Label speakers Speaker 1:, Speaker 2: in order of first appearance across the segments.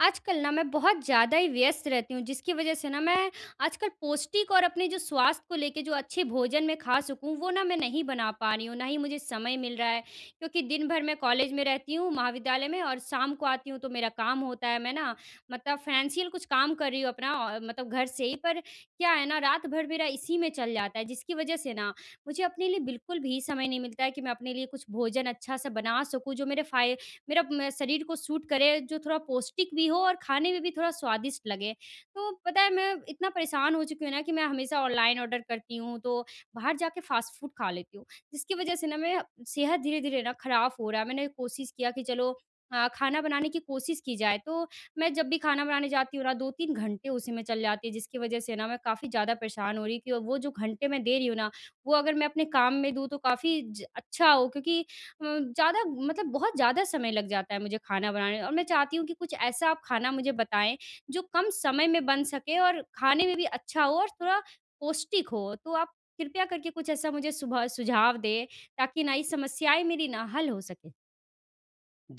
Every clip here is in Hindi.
Speaker 1: आजकल ना मैं बहुत ज़्यादा ही व्यस्त रहती हूँ जिसकी वज़ह से ना मैं आजकल पौष्टिक और अपने जो स्वास्थ्य को लेके जो अच्छे भोजन मैं खा सकूँ वो ना मैं नहीं बना पा रही हूँ, ना ही मुझे समय मिल रहा है। क्योंकि दिन भर मैं कॉलेज में रहती हूँ, महाविद्यालय में, और शाम को आती हूँ तो मेरा काम होता है। मैं ना मतलब फ़ाइनेंशियल कुछ काम कर रही हूँ अपना, मतलब घर से ही। पर क्या है ना, रात भर मेरा इसी में चल जाता है, जिसकी वज़ह से ना मुझे अपने लिए बिल्कुल भी समय नहीं मिलता है कि मैं अपने लिए कुछ भोजन अच्छा-सा बना सकूँ जो मेरे फ़ाय मेरा म शरीर को सूट करे, जो थोड़ा पौष्टिक भी हो और खाने में भी थोड़ा स्वादिष्ट लगे। तो पता है, मैं इतना परेशान हो चुकी हूँ ना कि मैं हमेशा ऑनलाइन ऑर्डर करती हूँ, तो बाहर जाके फ़ास्ट फ़ूड खा लेती हूँ। जिसकी वजह से ना मेरा सेहत धीरे-धीरे ना खराब हो रहा है। मैंने कोशिश किया कि चलो खाना बनाने की कोशिश की जाए, तो मैं जब भी खाना बनाने जाती हूँ ना 2-3 घंटे उसी में चल जाती है, जिसकी वजह से ना मैं काफ़ी ज़्यादा परेशान हो रही हूँ कि वो जो घंटे मैं दे रही हूँ ना, वो अगर मैं अपने काम में दूँ तो काफ़ी ज अच्छा हो। क्योंकि ज़्यादा मतलब बहुत ज़्यादा समय लग जाता है मुझे खाना बनाने, और मैं चाहती हूँ कि कुछ ऐसा आप खाना मुझे बताएँ, जो कम समय में बन सके और खाने में भी अच्छा हो और थोड़ा पौष्टिक हो। तो आप कृपया करके कुछ ऐसा मुझे सुभा सुझाव दें, ताकि ना ये समस्याएँ मेरी ना हल हो सके।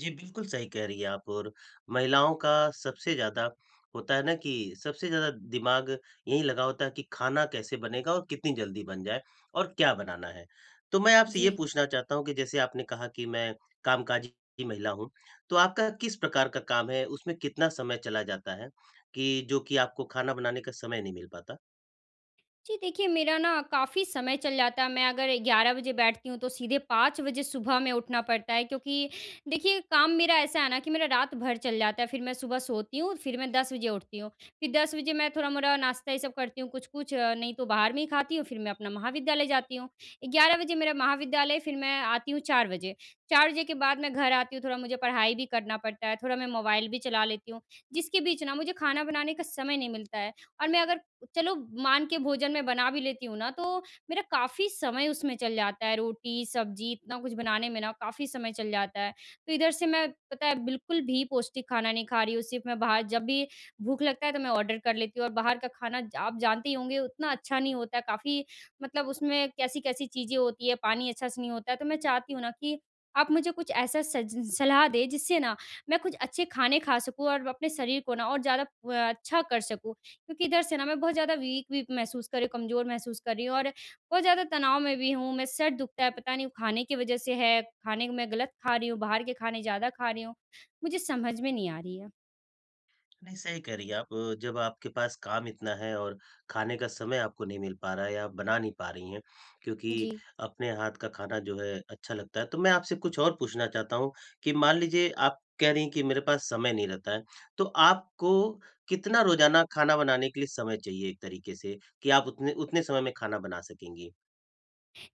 Speaker 2: जी, बिल्कुल सही कह रही हैं आप। और महिलाओं का सबसे ज़्यादा होता है ना कि सबसे ज़्यादा दिमाग यही लगा होता है कि खाना कैसे बनेगा और कितनी जल्दी बन जाए और क्या बनाना है। तो मैं आपसे ये
Speaker 1: जी।
Speaker 2: पूछना चाहता हूँ कि जैसे आपने कहा कि मैं कामकाजी महिला हूँ, तो आपका किस प्रकार का काम है? उसमें कितना समय चला जाता है कि जो कि आपको खाना बनाने का समय नहीं मिल पाता?
Speaker 1: जी, देखिए, मेरा ना काफ़ी समय चल जाता है। मैं अगर 11 बजे बैठती हूँ तो सीधे 5 बजे सुबह में उठना पड़ता है, क्योंकि देखिए काम मेरा ऐसा है ना कि मेरा रात भर चल जाता है, फिर मैं सुबह सोती हूँ, फिर मैं 10 बजे उठती हूँ। फिर 10 बजे मैं थोड़ा-मोड़ा नाश्ता ये सब करती हूँ, कुछ-कुछ, नहीं तो बाहर में ही खाती हूँ, फिर मैं अपना महाविद्यालय जाती हूँ। 11 बजे मेरा महाविद्यालय, फिर मैं आती हूँ 4 बजे। 4 बजे के बाद मैं घर आती हूँ, थोड़ा मुझे पढ़ाई भी करना पड़ता है, थोड़ा मैं मोबाइल भी चला लेती हूँ, जिसके बीच ना मुझे खाना बनाने का समय नहीं मिलता है। और मैं अगर चलो, मान के भोजन मैं बना भी लेती हूँ ना, तो मेरा काफ़ी समय उसमें चल जाता है। रोटी, सब्ज़ी, इतना कुछ बनाने में ना काफ़ी समय चल जाता है। तो इधर से मैं, पता है, बिल्कुल भी पौष्टिक खाना नहीं खा रही हूँ। सिर्फ़ मैं बाहर, जब भी भूख लगता है तो मैं ऑर्डर कर लेती हूँ, और बाहर का खाना आप जानते ही होंगे उतना अच्छा नहीं होता है। काफ़ी मतलब उसमें कैसी-कैसी चीज़ें होती है, पानी अच्छा से नहीं होता है। तो मैं चाहती हूँ ना कि आप मुझे कुछ ऐसा सज सलाह दें जिससे ना मैं कुछ अच्छे खाने खा सकूँ और अपने शरीर को ना और ज़्यादा अच्छा कर सकूँ। क्योंकि इधर से ना मैं बहुत ज़्यादा वीक भी महसूस कर रही हूँ, कमज़ोर महसूस कर रही हूँ, और बहुत ज़्यादा तनाव में भी हूँ। मेरा सर दुखता है, पता नहीं वो खाने की वज़ह से है, खाने को मैं गलत खा रही हूँ, बाहर के खाने ज़्यादा खा रही हूँ। मुझे समझ में नहीं आ रही है।
Speaker 2: नहीं, सही कह रही हैं आप। जब आपके पास काम इतना है और खाने का समय आपको नहीं मिल पा रहा है या आप बना नहीं पा रही हैं, क्योंकि
Speaker 1: जी।
Speaker 2: अपने हाथ का खाना जो है अच्छा लगता है। तो मैं आपसे कुछ और पूछना चाहता हूँ कि मान लीजिए आप कह रही हैं कि मेरे पास समय नहीं रहता है, तो आपको कितना रोज़ाना खाना बनाने के लिए समय चाहिए, एक तरीके से कि आप उतने उतने समय में खाना बना सकेंगी?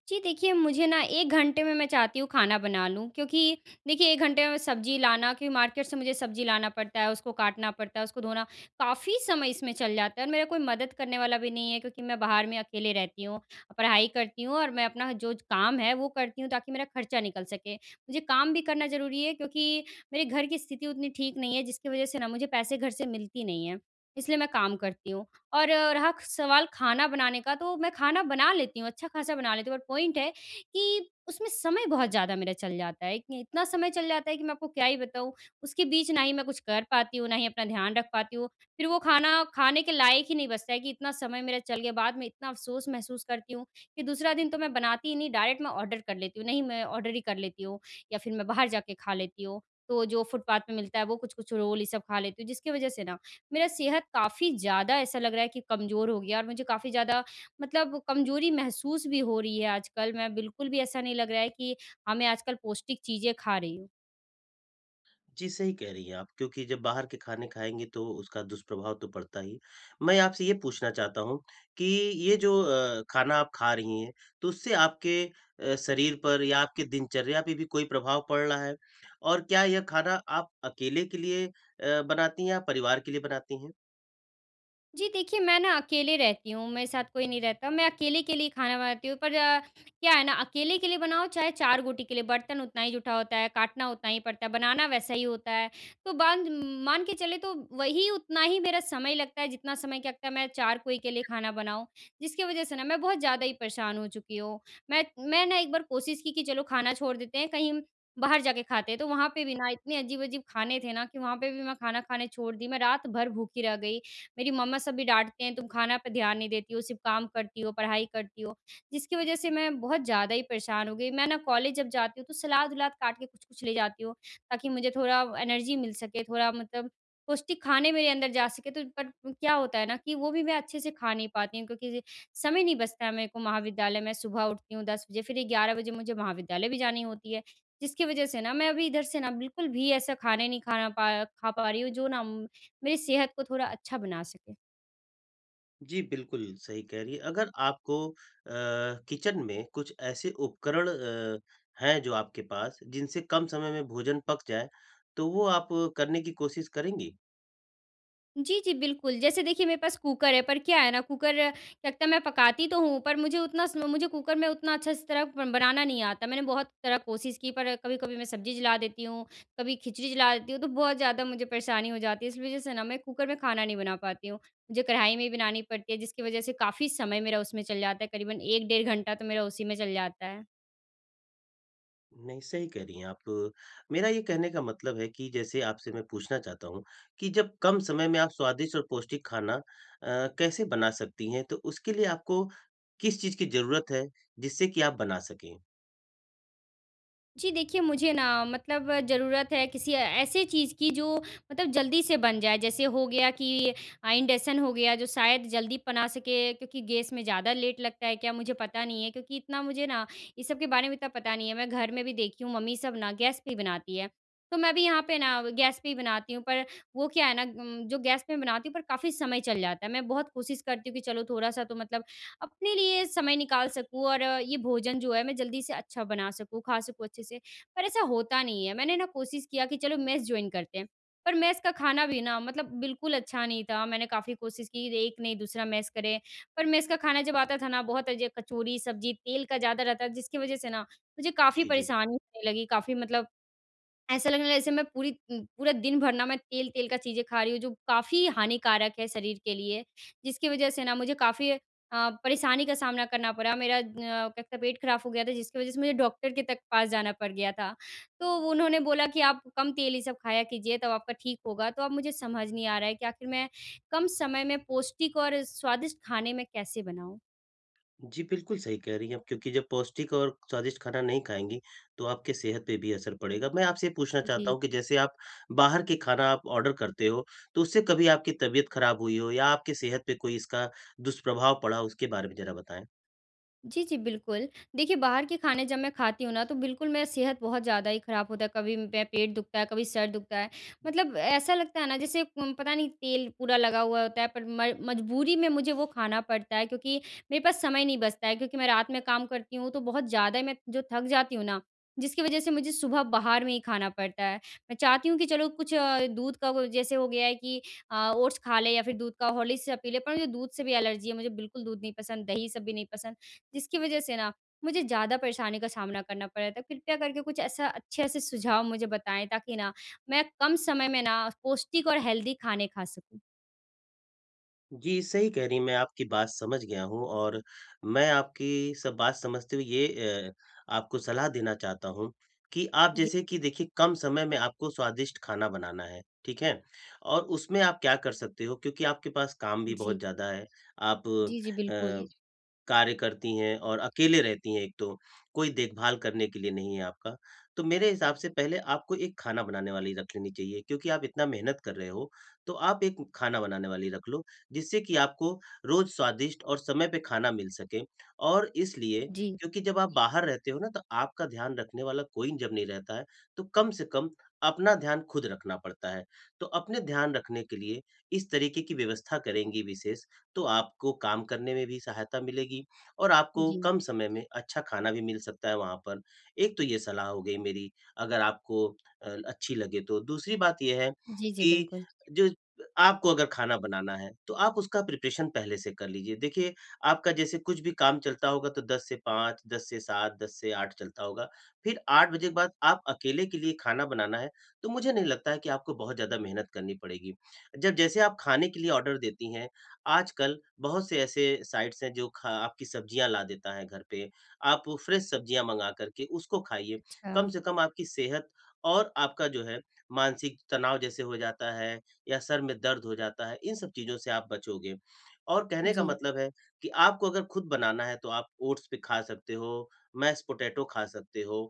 Speaker 1: जी, देखिए, मुझे ना 1 घंटे में मैं चाहती हूँ खाना बना लूँ, क्योंकि देखिए 1 घंटे में सब्ज़ी लाना, क्योंकि मार्केट से मुझे सब्ज़ी लाना पड़ता है, उसको काटना पड़ता है, उसको धोना, काफ़ी समय इसमें चल जाता है। और मेरा कोई मदद करने वाला भी नहीं है, क्योंकि मैं बाहर में अकेले रहती हूँ, पढ़ाई करती हूँ, और मैं अपना जो काम है वो करती हूँ ताकि मेरा खर्चा निकल सके। मुझे काम भी करना ज़रूरी है, क्योंकि मेरे घर की स्थिति उतनी ठीक नहीं है, जिसकी वज़ह से ना मुझे पैसे घर से मिलती नहीं है, इसलिए मैं काम करती हूँ। और रहा सवाल खाना बनाने का, तो मैं खाना बना लेती हूँ, अच्छा-खासा बना लेती हूँ, बट पॉइंट है कि उसमें समय बहुत ज़्यादा मेरा चल जाता है। कि इतना समय चल जाता है कि मैं आपको क्या ही बताऊँ, उसके बीच ना ही मैं कुछ कर पाती हूँ, ना ही अपना ध्यान रख पाती हूँ। फिर वो खाना खाने के लायक ही नहीं बचता है कि इतना समय मेरा चल गया। बाद में इतना अफ़सोस महसूस करती हूँ कि दूसरा दिन तो मैं बनाती ही नहीं, डायरेक्ट मैं ऑर्डर कर लेती हूँ। नहीं, मैं ऑर्डर ही कर लेती हूँ, या फिर मैं बाहर जाके खा लेती हूँ। तो जो फुटपाथ पे मिलता है, वो कुछ-कुछ रोल ये सब खा लेती हूँ, जिसकी वजह से ना मेरा सेहत काफ़ी ज़्यादा, ऐसा लग रहा है कि कमज़ोर हो गया, और मुझे काफ़ी ज़्यादा मतलब कमज़ोरी महसूस भी हो रही है आजकल। मैं बिल्कुल भी, ऐसा नहीं लग रहा है कि हाँ, मैं आजकल पौष्टिक चीज़ें खा रही हूँ।
Speaker 2: जी, सही कह रही हैं आप क्योंकि जब बाहर के खाने खाएँगे तो उसका दुष्प्रभाव तो पड़ता ही। मैं आपसे ये पूछना चाहता हूँ कि ये जो खाना आप खा रही हैं, तो उससे आपके शरीर पर या आपके दिनचर्या पे भी कोई प्रभाव पड़ रहा है? और क्या यह खाना आप अकेले के लिए बनाती हैं या परिवार के लिए बनाती हैं?
Speaker 1: जी, देखिए, मैं ना अकेले रहती हूँ, मेरे साथ कोई नहीं रहता। मैं अकेले के लिए खाना बनाती हूँ, पर क्या है ना, अकेले के लिए बनाओ चाहे 4 गोटी के लिए, बर्तन उतना ही जुटा होता है, काटना उतना ही पड़ता है, बनाना वैसा ही होता है। तो बांध मान के चले तो वही उतना ही मेरा समय लगता है जितना समय क्या लगता है मैं 4 कोई के लिए खाना बनाऊँ। जिसकी वज़ह से ना मैं बहुत ज़्यादा ही परेशान हो चुकी हूँ। मैं मैं ना एक बार कोशिश की कि चलो, खाना छोड़ देते हैं, कहीं हम बाहर जाके खाते हैं। तो वहाँ पे भी ना इतने अजीब-अजीब खाने थे ना कि वहाँ पे भी मैं खाना खाने छोड़ दी, मैं रात भर भूखी रह गई। मेरी मम्मा सभी डाँटते हैं, "तुम खाना पे ध्यान नहीं देती हो, सिर्फ़ काम करती हो, पढ़ाई करती हो।" जिसकी वज़ह से मैं बहुत ज़्यादा ही परेशान हो गई। मैं ना कॉलेज जब जाती हूँ, तो सलाद-वलाद काट के कुछ-कुछ ले जाती हूँ, ताकि मुझे थोड़ा एनर्जी मिल सके, थोड़ा मतलब पौष्टिक खाने मेरे अंदर जा सके। तो पर क्या होता है ना कि वो भी मैं अच्छे से खा नहीं पाती हूँ, क्योंकि समय नहीं बचता है मेरे को महाविद्यालय में। सुबह उठती हूँ 10 बजे, फिर 11 बजे मुझे महाविद्यालय भी जानी होती है, जिसकी वज़ह से ना मैं अभी इधर से ना बिल्कुल भी ऐसा खाने नहीं खाना पा खा पा रही हूँ, जो ना मेरी सेहत को थोड़ा अच्छा बना सके।
Speaker 2: जी, बिल्कुल सही कह रही हैं। अगर आपको किचन में कुछ ऐसे उपकरण हैं जो आपके पास, जिनसे कम समय में भोजन पक जाए, तो वो आप करने की कोशिश करेंगी?
Speaker 1: जी, जी, बिल्कुल। जैसे देखिए मेरे पास कुकर है, पर क्या है ना, कुकर क्या लगता है, मैं पकाती तो हूँ, पर मुझे उतना स मुझे कुकर में उतना अच्छे से तरह ब बनाना नहीं आता। मैंने बहुत तरह कोशिश की, पर कभी-कभी मैं सब्ज़ी जला देती हूँ, कभी खिचड़ी जला देती हूँ, तो बहुत ज़्यादा मुझे परेशानी हो जाती है। इस वज़ह से ना मैं कुकर में खाना नहीं बना पाती हूँ। मुझे कढ़ाई में ही बनानी पड़ती है, जिसकी वज़ह से काफ़ी समय मेरा उसमें चल जाता है, करीबन 1 डेढ़ घंटा तो मेरा उसी में चल जाता है।
Speaker 2: नहीं, सही कह रही हैं आप। मेरा ये कहने का मतलब है कि जैसे आपसे मैं पूछना चाहता हूँ कि जब कम समय में आप स्वादिष्ट और पौष्टिक खाना कैसे बना सकती हैं? तो उसके लिए आपको किस चीज़ की ज़रूरत है, जिससे कि आप बना सकें?
Speaker 1: जी देखिए, मुझे ना मतलब ज़रूरत है किसी ऐसे चीज़ की जो मतलब जल्दी से बन जाए। जैसे हो गया कि इंडक्शन हो गया, जो शायद जल्दी बना सके, क्योंकि गैस में ज़्यादा लेट लगता है क्या, मुझे पता नहीं है। क्योंकि इतना मुझे ना इस सब के बारे में इतना पता नहीं है। मैं घर में भी देखी हूँ, मम्मी सब ना गैस पे ही बनाती है। तो मैं भी यहाँ पे ना गैस पे ही बनाती हूँ, पर वो क्या है ना, जो गैस पे बनाती हूँ पर काफ़ी समय चल जाता है। मैं बहुत कोशिश करती हूँ कि चलो, थोड़ा-सा तो मतलब अपने लिए समय निकाल सकूँ, और ये भोजन जो है मैं जल्दी से अच्छा बना सकूँ, खा सकूँ अच्छे से। पर ऐसा होता नहीं है। मैंने ना कोशिश किया कि चलो, मेस जॉइन करते हैं, पर मेस का खाना भी ना मतलब बिल्कुल अच्छा नहीं था। मैंने काफ़ी कोशिश की, एक नहीं दूसरा मेस करे, पर मेस का खाना जब आता था ना बहुत अजय, कचौड़ी, सब्ज़ी, तेल का ज़्यादा रहता, जिसकी वज़ह से ना मुझे काफ़ी
Speaker 2: जी, जी।
Speaker 1: परेशानी होने लगी। काफ़ी मतलब ऐसा लगने लगा जैसे मैं पूरी पूरा दिन भर ना मैं तेल-तेल का चीज़ें खा रही हूँ, जो काफ़ी हानिकारक है शरीर के लिए। जिसकी वजह से ना मुझे काफ़ी परेशानी का सामना करना पड़ा। मेरा क्या कहते हैं, पेट खराब हो गया था, जिसकी वजह से मुझे डॉक्टर के तक पास जाना पड़ गया था। तो वो उन्होंने बोला कि आप कम तेल ये सब खाया कीजिए, तब आपका ठीक होगा। तो अब मुझे समझ नहीं आ रहा है कि आखिर मैं कम समय में पौष्टिक और स्वादिष्ट खाने मैं कैसे बनाऊँ?
Speaker 2: जी, बिल्कुल सही कह रही हैं आप, क्योंकि जब पौष्टिक और स्वादिष्ट खाना नहीं खाएँगी, तो आपके सेहत पे भी असर पड़ेगा। मैं आपसे ये पूछना चाहता
Speaker 1: जी।
Speaker 2: हूँ कि जैसे आप बाहर के खाना आप ऑर्डर करते हो, तो उससे कभी आपकी तबीयत खराब हुई हो या आपकी सेहत पे कोई इसका दुष्प्रभाव पड़ा हो, उसके बारे में ज़रा बताएँ?
Speaker 1: जी, जी, बिल्कुल। देखिए, बाहर के खाने जब मैं खाती हूँ ना, तो बिल्कुल मेरा सेहत बहुत ज़्यादा ही खराब होता है। कभी मेरा पेट दुखता है, कभी सर दुखता है। मतलब ऐसा लगता है ना, जैसे पता नहीं, तेल पूरा लगा हुआ होता है, पर म मजबूरी में मुझे वो खाना पड़ता है, क्योंकि मेरे पास समय नहीं बचता है, क्योंकि मैं रात में काम करती हूँ, तो बहुत ज़्यादा मैं जो थक जाती हूँ ना, जिसकी वज़ह से मुझे सुबह बाहर में ही खाना पड़ता है। मैं चाहती हूँ कि चलो कुछ, दूध का वो जैसे हो गया है कि ओट्स खा लें, या फिर दूध का हॉर्लिक्स पी लें, पर मुझे दूध से भी एलर्जी है। मुझे बिल्कुल दूध नहीं पसंद, दही सब भी नहीं पसंद। जिसकी वजह से ना मुझे ज़्यादा परेशानी का सामना करना पड़ा था। कृपया करके कुछ ऐसा अच्छे-से सुझाव मुझे बताएँ, ताकि ना मैं कम समय में ना पौष्टिक और हेल्दी खाने खा सकूँ।
Speaker 2: जी, सही कह रही हैं। मैं आपकी बात समझ गया हूँ, और मैं आपकी सब बात समझते हुए ये अ, आपको सलाह देना चाहता हूँ कि आप,
Speaker 1: जी,
Speaker 2: जैसे कि देखिए, कम समय में आपको स्वादिष्ट खाना बनाना है, ठीक है? और उसमें आप क्या कर सकते हो, क्योंकि आपके पास काम भी बहुत
Speaker 1: जी।
Speaker 2: ज़्यादा है, आप
Speaker 1: जी, जी,
Speaker 2: अ,
Speaker 1: बिल्कुल।
Speaker 2: कार्य करती हैं और अकेले रहती हैं एक तो, कोई देखभाल करने के लिए नहीं है आपका। तो मेरे हिसाब से पहले आपको एक खाना बनाने वाली रख लेनी चाहिए, क्योंकि आप इतना मेहनत कर रहे हो, तो आप एक खाना बनाने वाली रख लो, जिससे कि आपको रोज़ स्वादिष्ट और समय पे खाना मिल सके। और इसलिए,
Speaker 1: जी,
Speaker 2: क्योंकि जब आप बाहर रहते हो ना, तो आपका ध्यान रखने वाला कोई जब नहीं रहता है, तो कम से कम अपना ध्यान खुद रखना पड़ता है। तो अपने ध्यान रखने के लिए इस तरीके की व्यवस्था करेंगी विशेष, तो आपको काम करने में भी सहायता मिलेगी और आपको
Speaker 1: जी।
Speaker 2: कम समय में अच्छा खाना भी मिल सकता है वहाँ पर। एक तो ये सलाह हो गई मेरी, अगर आपको अच्छी लगे तो। दूसरी बात ये है
Speaker 1: जी, जी,
Speaker 2: कि
Speaker 1: बिल्कुल।
Speaker 2: जो आपको अगर खाना बनाना है, तो आप उसका प्रिपरेशन पहले से कर लीजिए। देखिए, आपका जैसे कुछ भी काम चलता होगा, तो 10 से 5, 10 से 7, 10 से 8 चलता होगा। फिर 8 बजे के बाद आप अकेले के लिए खाना बनाना है, तो मुझे नहीं लगता है कि आपको बहुत ज़्यादा मेहनत करनी पड़ेगी। जब जैसे आप खाने के लिए ऑर्डर देती हैं, आजकल बहुत से ऐसे साइट्स हैं जो खा आपकी सब्जियाँ ला देता है घर पे। आप फ्रेश सब्जियाँ मँगा कर के उसको खाइए।
Speaker 1: अच्छा।
Speaker 2: कम से कम आपकी सेहत और आपका जो है मानसिक तनाव जैसे हो जाता है या सर में दर्द हो जाता है, इन सब चीज़ों से आप बचोगे। और कहने का
Speaker 1: जी।
Speaker 2: मतलब है कि आपको अगर खुद बनाना है तो आप ओट्स भी खा सकते हो, मैश्ड पोटैटो खा सकते हो।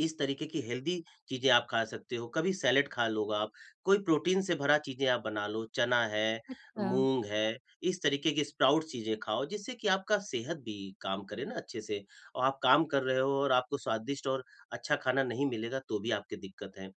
Speaker 2: इस तरीके की हेल्दी चीज़ें आप खा सकते हो, कभी सैलेड खा लो आप, कोई प्रोटीन से भरा चीज़ें आप बना लो, चना है,
Speaker 1: अच्छा।
Speaker 2: मूँग है, इस तरीके की स्प्राउट चीज़ें खाओ, जिससे कि आपका सेहत भी काम करे ना अच्छे से, और आप काम कर रहे हो और आपको स्वादिष्ट और अच्छा खाना नहीं मिलेगा, तो भी आपकी दिक्कत है।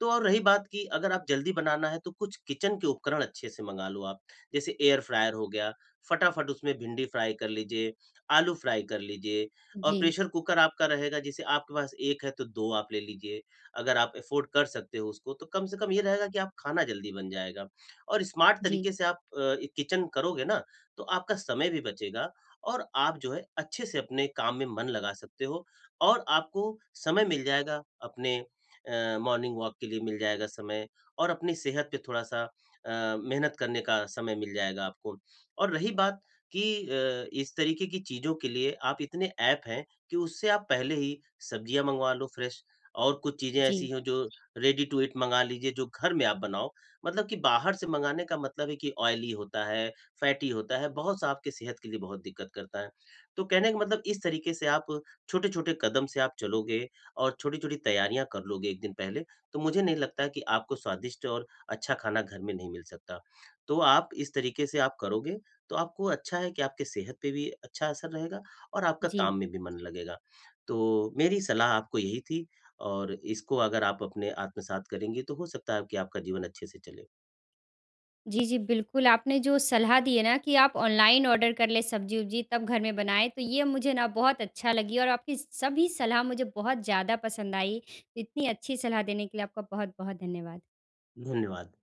Speaker 2: तो और रही बात कि अगर आप जल्दी बनाना है, तो कुछ किचन के उपकरण अच्छे से मँगा लो आप, जैसे एयर फ्रायर हो गया, फटाफट उसमें भिंडी फ्राई कर लीजिए, आलू फ्राई कर लीजिए, और
Speaker 1: जी,
Speaker 2: प्रेशर कुकर आपका रहेगा, जैसे आपके पास 1 है तो 2 आप ले लीजिए, अगर आप अफ़ोर्ड कर सकते हो उसको, तो कम से कम ये रहेगा कि आप खाना जल्दी बन जाएगा। और स्मार्ट
Speaker 1: जी,
Speaker 2: तरीके से आप ये किचन करोगे ना, तो आपका समय भी बचेगा और आप जो है अच्छे से अपने काम में मन लगा सकते हो, और आपको समय मिल जाएगा अपने मॉर्निंग वॉक के लिए मिल जाएगा समय, और अपनी सेहत पे थोड़ा-सा मेहनत करने का समय मिल जाएगा आपको। और रही बात कि इस तरीके की चीज़ों के लिए आप इतने ऐप हैं कि उससे आप पहले ही सब्जियाँ मंगवा लो फ्रेश, और कुछ चीज़ें
Speaker 1: जी,
Speaker 2: ऐसी हों जो रेडी टू ईट मँगा लीजिए जो घर में आप बनाओ। मतलब कि बाहर से मँगाने का मतलब है कि ऑयली होता है, फैटी होता है, बहुत सा आपके सेहत के लिए बहुत दिक्कत करता है। तो कहने का मतलब, इस तरीके से आप छोटे-छोटे कदम से आप चलोगे और छोटी-छोटी तैयारियाँ कर लोगे 1 दिन पहले, तो मुझे नहीं लगता है कि आपको स्वादिष्ट और अच्छा खाना घर में नहीं मिल सकता। तो आप इस तरीके से आप करोगे, तो आपको अच्छा है कि आपके सेहत पे भी अच्छा असर रहेगा और आपका
Speaker 1: जी।
Speaker 2: काम में भी मन लगेगा। तो मेरी सलाह आपको यही थी, और इसको अगर आप अपने आत्मसात करेंगी तो हो सकता है कि आपका जीवन अच्छे से चले।
Speaker 1: जी, जी, बिल्कुल, आपने जो सलाह दी है ना कि आप ऑनलाइन ऑर्डर कर लें सब्जी-उब्जी तब घर में बनाएँ, तो ये मुझे ना बहुत अच्छा लगी, और आपकी सभी सलाह मुझे बहुत ज़्यादा पसंद आई। तो इतनी अच्छी सलाह देने के लिए आपका बहुत-बहुत धन्यवाद।
Speaker 2: धन्यवाद।